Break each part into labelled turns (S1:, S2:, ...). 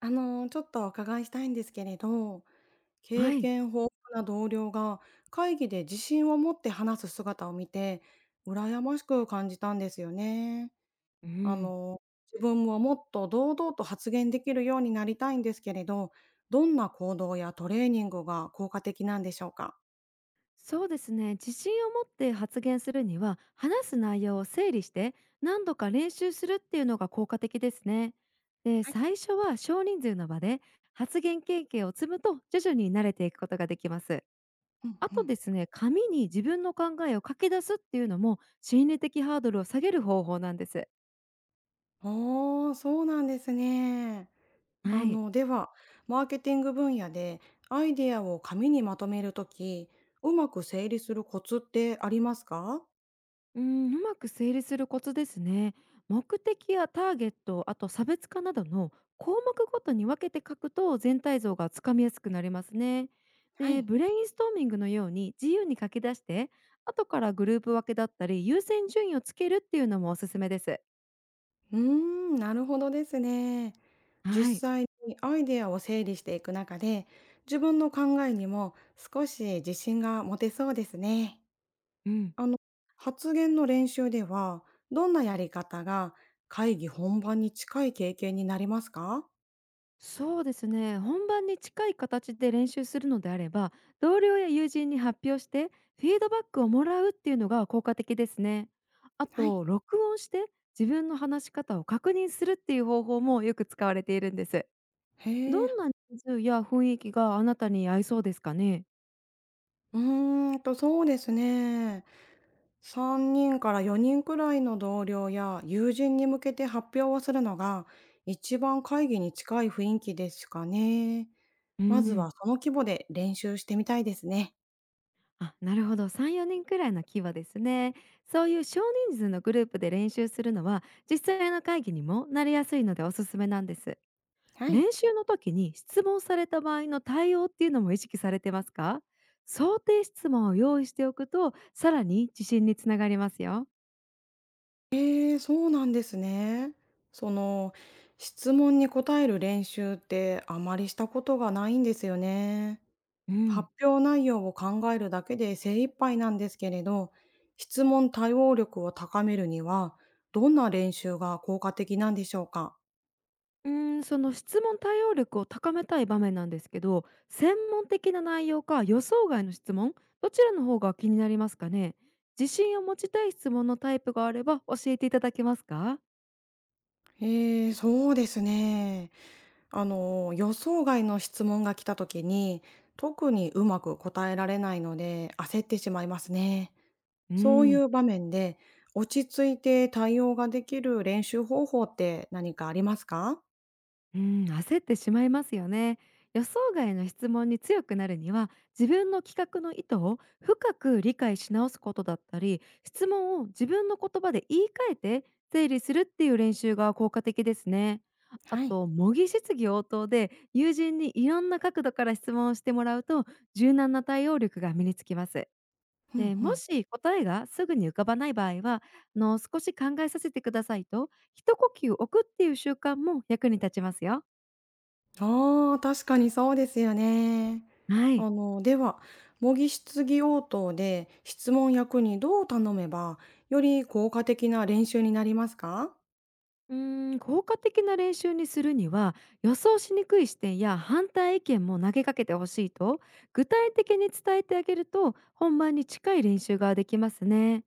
S1: ちょっとお伺いしたいんですけれど、経
S2: はい。
S1: 験豊富な同僚が会議で自信を持って話す姿を見て、羨ましく感じたんですよね。
S2: う
S1: あ
S2: ん。
S1: の、自分ももっと堂々と発言できるようになりたいんですけれど、どんな行動やトレーニングが効果的なんでしょうか？
S2: そうですね。自信を持って発言するには、話す内容を整理して何度か練習するっていうのが効果的ですね。で、
S1: はい。
S2: 最初は少人数の場で発言経験を積むと、徐々に慣れていくことができます。
S1: うん
S2: あ
S1: う
S2: と
S1: ん。
S2: ですね、紙に自分の考えを書き出すっていうのも心理的ハードルを下げる方法なんです。
S1: ああ、そうなんですね。
S2: はい。
S1: では、マーケティング分野でアイデアを紙にまとめるとき、うまく整理するコツってありますか？
S2: うん、うまく整理するコツですね。目的やターゲット、あと差別化などの項目ごとに分けて書くと、全体像がつかみやすくなりますね。
S1: は
S2: で、
S1: い。
S2: ブレインストーミングのように自由に書き出して、後からグループ分けだったり優先順位をつけるっていうのもおすすめです。
S1: うーん、なるほどですね。
S2: は
S1: 実
S2: い。
S1: 際にアイデアを整理していく中で、自分の考えにも少し自信が持てそうですね。
S2: うん。
S1: あの、発言の練習では、どんなやり方が会議本番に近い経験になりますか？
S2: そうですね、本番に近い形で練習するのであれば、同僚や友人に発表してフィードバックをもらうっていうのが効果的ですね。あ
S1: はい。
S2: と録音して自分の話し方を確認するっていう方法もよく使われているんです。
S1: へえ、
S2: どんな人数や雰囲気があなたに合いそうですかね。
S1: そうですね。3人から4人くらいの同僚や友人に向けて発表をするのが一番会議に近い雰囲気ですかね。
S2: う
S1: まず
S2: ん、
S1: はその規模で練習してみたいですね。
S2: あ、なるほど、3、4人くらいの規模ですね。そういう少人数のグループで練習するのは、実際の会議にもなりやすいのでおすすめなんです。
S1: はい。
S2: 練習の時に質問された場合の対応っていうのも意識されてますか？想定質問を用意しておくと、さらに自信につながりますよ。
S1: えー、そうなんですね。その質問に答える練習ってあまりしたことがないんですよね。
S2: うん。
S1: 発表内容を考えるだけで精一杯なんですけれど、質問対応力を高めるにはどんな練習が効果的なんでしょうか？
S2: うーん、その質問対応力を高めたい場面なんですけど、専門的な内容か予想外の質問、どちらの方が気になりますかね。自信を持ちたい質問のタイプがあれば教えていただけますか？
S1: ええ、そうですね。予想外の質問が来た時に、特にうまく答えられないので、焦ってしまいますね。
S2: う
S1: そうい
S2: ん。
S1: う場面で、落ち着いて対応ができる練習方法って何かありますか？
S2: うん、焦ってしまいますよね。予想外の質問に強くなるには、自分の企画の意図を深く理解し直すことだったり、質問を自分の言葉で言い換えて整理するっていう練習が効果的ですね。あ
S1: はい。
S2: と、模擬質疑応答で友人にいろんな角度から質問をしてもらうと、柔軟な対応力が身につきます。
S1: うん
S2: で、
S1: う
S2: も
S1: ん。
S2: し答えがすぐに浮かばない場合は、あの、少し考えさせてくださいと一呼吸置くっていう習慣も役に立ちますよ。
S1: ああ、確かにそうですよね。
S2: はい。
S1: では、模擬質疑応答で質問役にどう頼めば、より効果的な練習になりますか？
S2: うーん、効果的な練習にするには、予想しにくい視点や反対意見も投げかけてほしいと、具体的に伝えてあげると、本番に近い練習ができますね。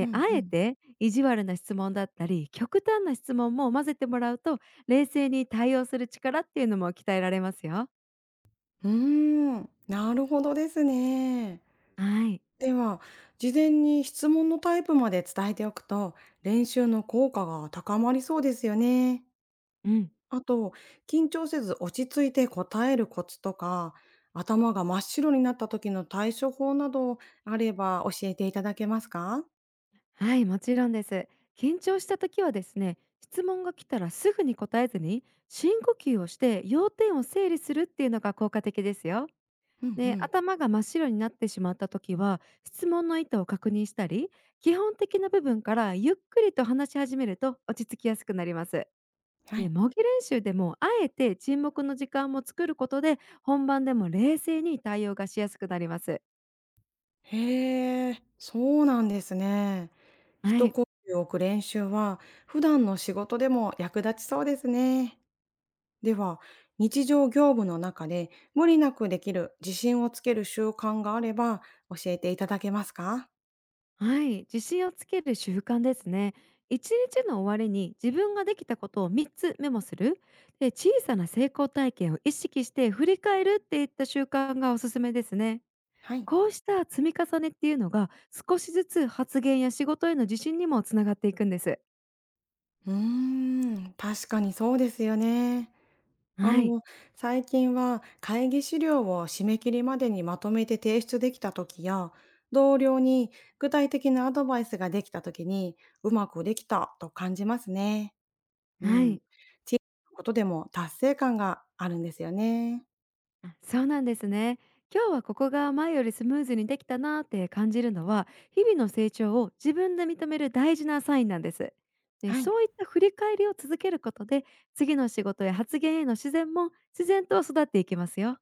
S1: うんう
S2: あえ
S1: ん。
S2: て意地悪な質問だったり、極端な質問も混ぜてもらうと、冷静に対応する力っていうのも鍛えられますよ。
S1: うーん、なるほどですね。
S2: はい。
S1: では、事前に質問のタイプまで伝えておくと、練習の効果が高まりそうですよね。
S2: うん。
S1: あと、緊張せず落ち着いて答えるコツとか、頭が真っ白になった時の対処法などあれば教えていただけますか？
S2: はい、もちろんです。緊張した時はですね、質問が来たらすぐに答えずに深呼吸をして要点を整理するっていうのが効果的ですよ。
S1: うんう
S2: で、
S1: ん。
S2: 頭が真っ白になってしまった時は、質問の意図を確認したり、基本的な部分からゆっくりと話し始めると落ち着きやすくなります。
S1: は
S2: で、
S1: い。
S2: 模擬練習でもあえて沈黙の時間も作ることで、本番でも冷静に対応がしやすくなります。
S1: へえ、そうなんですね。
S2: は
S1: 一
S2: い。
S1: 呼吸を置く練習は、普段の仕事でも役立ちそうですね。では、日常業務の中で無理なくできる自信をつける習慣があれば教えていただけますか？
S2: はい、自信をつける習慣ですね。一日の終わりに自分ができたことを3つメモする。で、小さな成功体験を意識して振り返るっていった習慣がおすすめですね。
S1: はい。
S2: こうした積み重ねっていうのが、少しずつ発言や仕事への自信にもつながっていくんです。
S1: うーん、確かにそうですよね。あ
S2: はい、
S1: の、最近は会議資料を締め切りまでにまとめて提出できた時や、同僚に具体的なアドバイスができた時にうまくできたと感じますね。う
S2: は
S1: ん。
S2: い。
S1: 小さなことでも達成感があるんですよね。
S2: あ、そうなんですね。今日はここが前よりスムーズにできたなーって感じるのは、日々の成長を自分で認める大事なサインなんです。で、
S1: はい。
S2: そういった振り返りを続けることで、次の仕事や発言への自然も自然と育っていきますよ。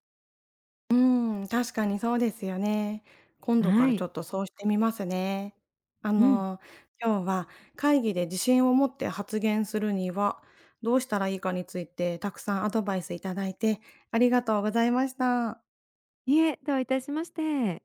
S1: うーん、確かにそうですよね。今度か
S2: は
S1: らち
S2: い。
S1: ょっとそうしてみますね。あ
S2: うん。
S1: の、今日は会議で自信を持って発言するにはどうしたらいいかについてたくさんアドバイスいただいてありがとうございました。
S2: いえ、どういたしまして。